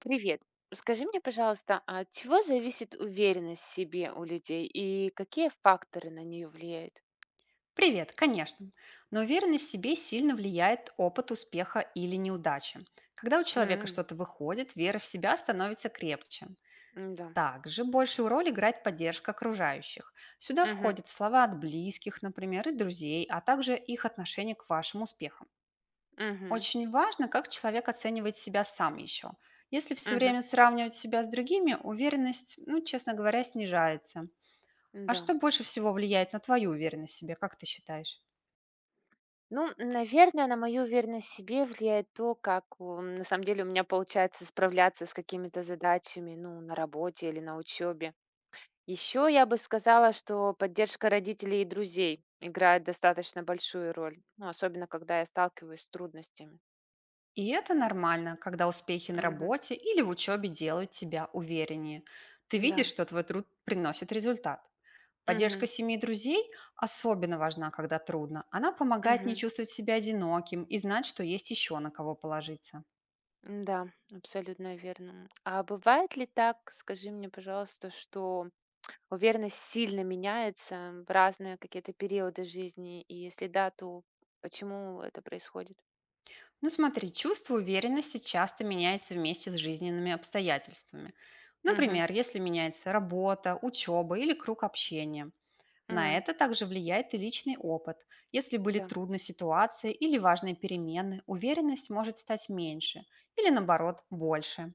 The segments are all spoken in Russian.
Привет. Скажи мне, пожалуйста, а от чего зависит уверенность в себе у людей и какие факторы на нее влияют? Привет, конечно. Но уверенность в себе сильно влияет опыт успеха или неудачи. Когда у человека М. что-то выходит, вера в себя становится крепче. Да. Также большую роль играет поддержка окружающих. Сюда Мгм. входят слова от близких, например, и друзей, а также их отношение к вашим успехам. Мгм. Очень важно, как человек оценивает себя сам еще. Если все Мгм. время сравнивать себя с другими, уверенность, ну, честно говоря, снижается. А Да. что больше всего влияет на твою уверенность в себе, как ты считаешь? Ну, наверное, на мою уверенность в себе влияет то, как на самом деле у меня получается справляться с какими-то задачами, ну, на работе или на учебе. Еще я бы сказала, что поддержка родителей и друзей играет достаточно большую роль, ну, особенно когда я сталкиваюсь с трудностями. И это нормально, когда успехи на Мгм. работе или в учебе делают тебя увереннее. Ты видишь, Да. что твой труд приносит результат. Поддержка Мгм. семьи и друзей особенно важна, когда трудно. Она помогает не Мгм. чувствовать себя одиноким и знать, что есть еще на кого положиться. Да абсолютно верно. А бывает ли так, скажи мне, пожалуйста, что уверенность сильно меняется в разные какие-то периоды жизни? И если да, то почему это происходит? Ну смотри, чувство уверенности часто меняется вместе с жизненными обстоятельствами. Мгм. Например, если меняется работа, учеба или круг общения. На М, это также влияет и личный опыт. Если были да. трудные ситуации или важные перемены, уверенность может стать меньше или, наоборот, больше.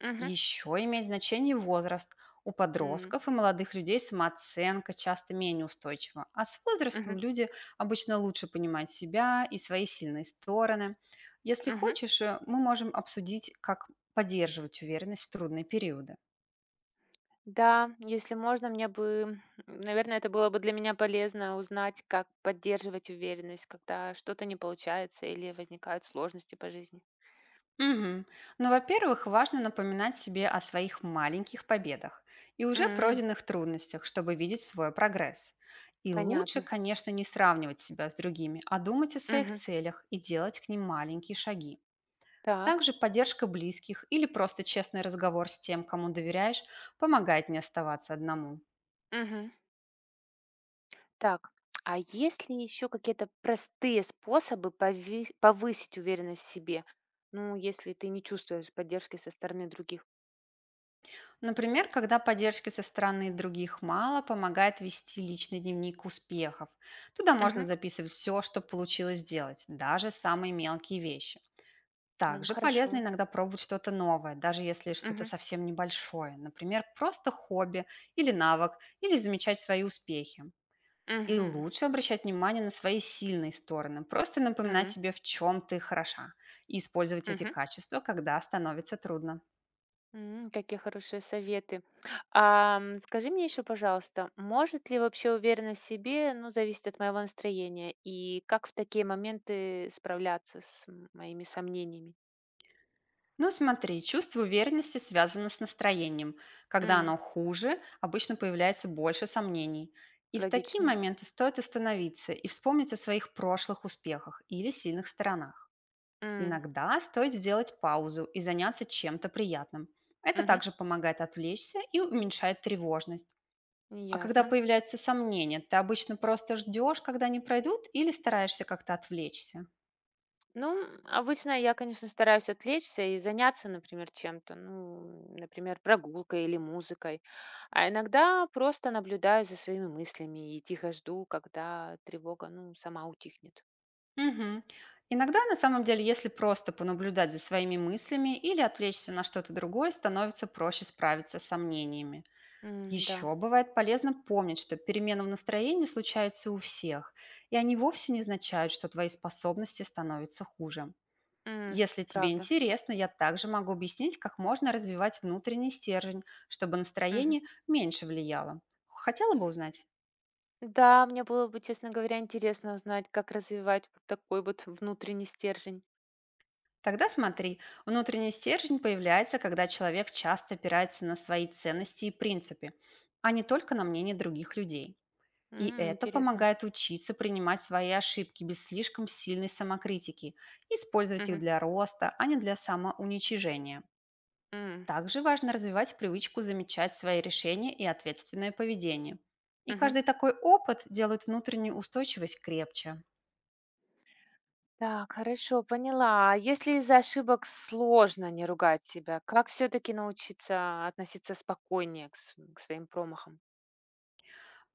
Мгм. Еще имеет значение возраст. У М, подростков и молодых людей самооценка часто менее устойчива, а с мгм, возрастом люди обычно лучше понимают себя и свои сильные стороны. Если мгм. хочешь, мы можем обсудить, как поддерживать уверенность в трудные периоды. Да, если можно, мне бы, наверное, это было бы для меня полезно узнать, как поддерживать уверенность, когда что-то не получается или возникают сложности по жизни. Мгм. Ну, во-первых, важно напоминать себе о своих маленьких победах и уже М, пройденных трудностях, чтобы видеть свой прогресс. И лучше, понятно. конечно, не сравнивать себя с другими, а думать о своих Мгм. целях и делать к ним маленькие шаги. Так. Также поддержка близких или просто честный разговор с тем, кому доверяешь, помогает не оставаться одному. Мгм. Так, а есть ли еще какие-то простые способы повысить уверенность в себе? Ну, если ты не чувствуешь поддержки со стороны других. Например, когда поддержки со стороны других мало, помогает вести личный дневник успехов. Туда можно Мгм. записывать все, что получилось сделать, даже самые мелкие вещи. Ну, Также полезно хорошо. иногда пробовать что-то новое, даже если что-то Мгм. совсем небольшое. Например, просто хобби или навык, или замечать свои успехи. И Мгм. лучше обращать внимание на свои сильные стороны, просто напоминать М. себе, в чем ты хороша, и использовать эти Мгм. качества, когда становится трудно. Какие хорошие советы. Скажи мне еще, пожалуйста, может ли вообще уверенность в себе, ну, зависит от моего настроения, и как в такие моменты справляться с моими сомнениями? Ну, смотри, чувство уверенности связано с настроением. Когда М, оно хуже, обычно появляется больше сомнений. И в такие Логично. моменты стоит остановиться и вспомнить о своих прошлых успехах или сильных сторонах. М, Иногда стоит сделать паузу и заняться чем-то приятным. Это мгм. также помогает отвлечься и уменьшает тревожность. А когда Ясно. появляются сомнения, ты обычно просто ждешь, когда они пройдут, или стараешься как-то отвлечься? Ну, обычно я, конечно, стараюсь отвлечься и заняться, например, чем-то, ну, например, прогулкой или музыкой. А иногда просто наблюдаю за своими мыслями и тихо жду, когда тревога, ну, сама утихнет. Мгм. Иногда, на самом деле, если просто понаблюдать за своими мыслями или отвлечься на что-то другое, становится проще справиться с сомнениями. М, да. Еще бывает полезно помнить, что перемены в настроении случаются у всех, и они вовсе не означают, что твои способности становятся хуже. М, Если тебе правда. интересно, я также могу объяснить, как можно развивать внутренний стержень, чтобы Мгм. настроение меньше влияло. Хотела бы узнать? Да, мне было бы, честно говоря, интересно узнать, как развивать вот такой вот внутренний стержень. Тогда смотри, внутренний стержень появляется, когда человек часто опирается на свои ценности и принципы, а не только на мнение других людей. И М, это интересно. помогает учиться принимать свои ошибки без слишком сильной самокритики, и использовать их Мгм. для роста, а не для самоуничижения. М, Также важно развивать привычку замечать свои решения и ответственное поведение. И мгм. каждый такой опыт делает внутреннюю устойчивость крепче. Так, хорошо, поняла. А если из-за ошибок сложно не ругать себя, как все-таки научиться относиться спокойнее к своим промахам?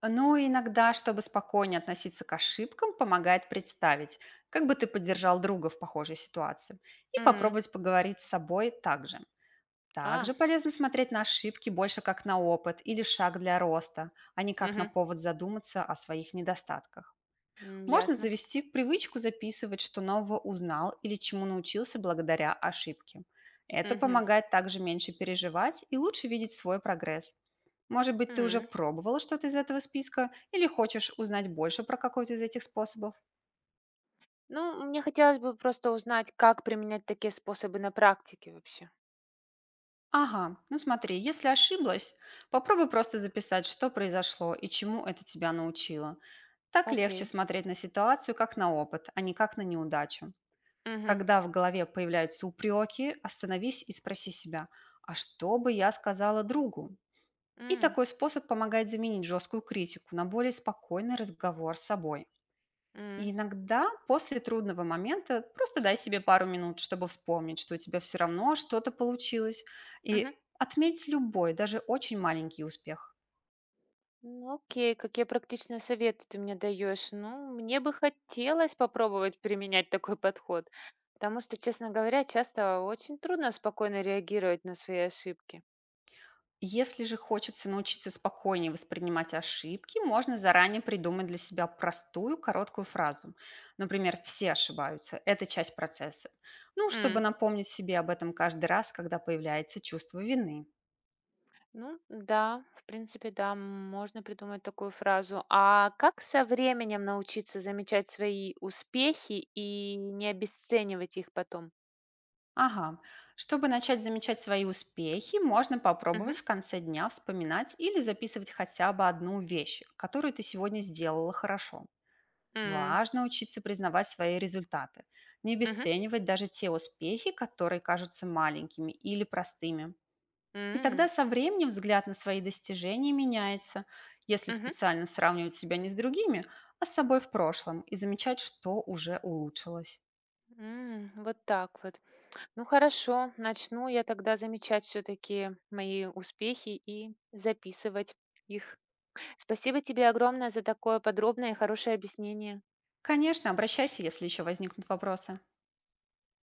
Ну, иногда, чтобы спокойнее относиться к ошибкам, помогает представить, как бы ты поддержал друга в похожей ситуации, и М, попробовать поговорить с собой также. А, Также полезно смотреть на ошибки больше как на опыт или шаг для роста, а не как на мгм, повод задуматься о своих недостатках. м, Можно ясно. завести привычку записывать, что нового узнал или чему научился благодаря ошибке. Это Мгм, помогает также меньше переживать и лучше видеть свой прогресс. Может быть, ты уже м. пробовала что-то из этого списка или хочешь узнать больше про какой-то из этих способов? Ну, мне хотелось бы просто узнать, как применять такие способы на практике вообще. Ага, ну смотри, если ошиблась, попробуй просто записать, что произошло и чему это тебя научило. Так легче Окей. смотреть на ситуацию как на опыт, а не как на неудачу. Мгм, Когда в голове появляются упреки, остановись и спроси себя, а что бы я сказала другу? И м, такой способ помогает заменить жесткую критику на более спокойный разговор с собой. м, И иногда после трудного момента просто дай себе пару минут, чтобы вспомнить, что у тебя все равно что-то получилось, и мгм. отметь любой, даже очень маленький успех. Ну, окей, какие практичные советы ты мне даешь? Ну, мне бы хотелось попробовать применять такой подход, потому что, честно говоря, часто очень трудно спокойно реагировать на свои ошибки. Если же хочется научиться спокойнее воспринимать ошибки, можно заранее придумать для себя простую короткую фразу. Например, все ошибаются, это часть процесса. Ну, чтобы М, напомнить себе об этом каждый раз, когда появляется чувство вины. Ну, да, в принципе, да, можно придумать такую фразу. А как со временем научиться замечать свои успехи и не обесценивать их потом? Ага, чтобы начать замечать свои успехи, можно Мгм. попробовать в конце дня вспоминать или записывать хотя бы одну вещь, которую ты сегодня сделала хорошо. М, Важно учиться признавать свои результаты, не мгм. обесценивать даже те успехи, которые кажутся маленькими или простыми. И тогда М, со временем взгляд на свои достижения меняется, если мгм. специально сравнивать себя не с другими, а с собой в прошлом и замечать, что уже улучшилось. Вот так вот. Ну хорошо, начну я тогда замечать все-таки мои успехи и записывать их. Спасибо тебе огромное за такое подробное и хорошее объяснение. Конечно, обращайся, если еще возникнут вопросы.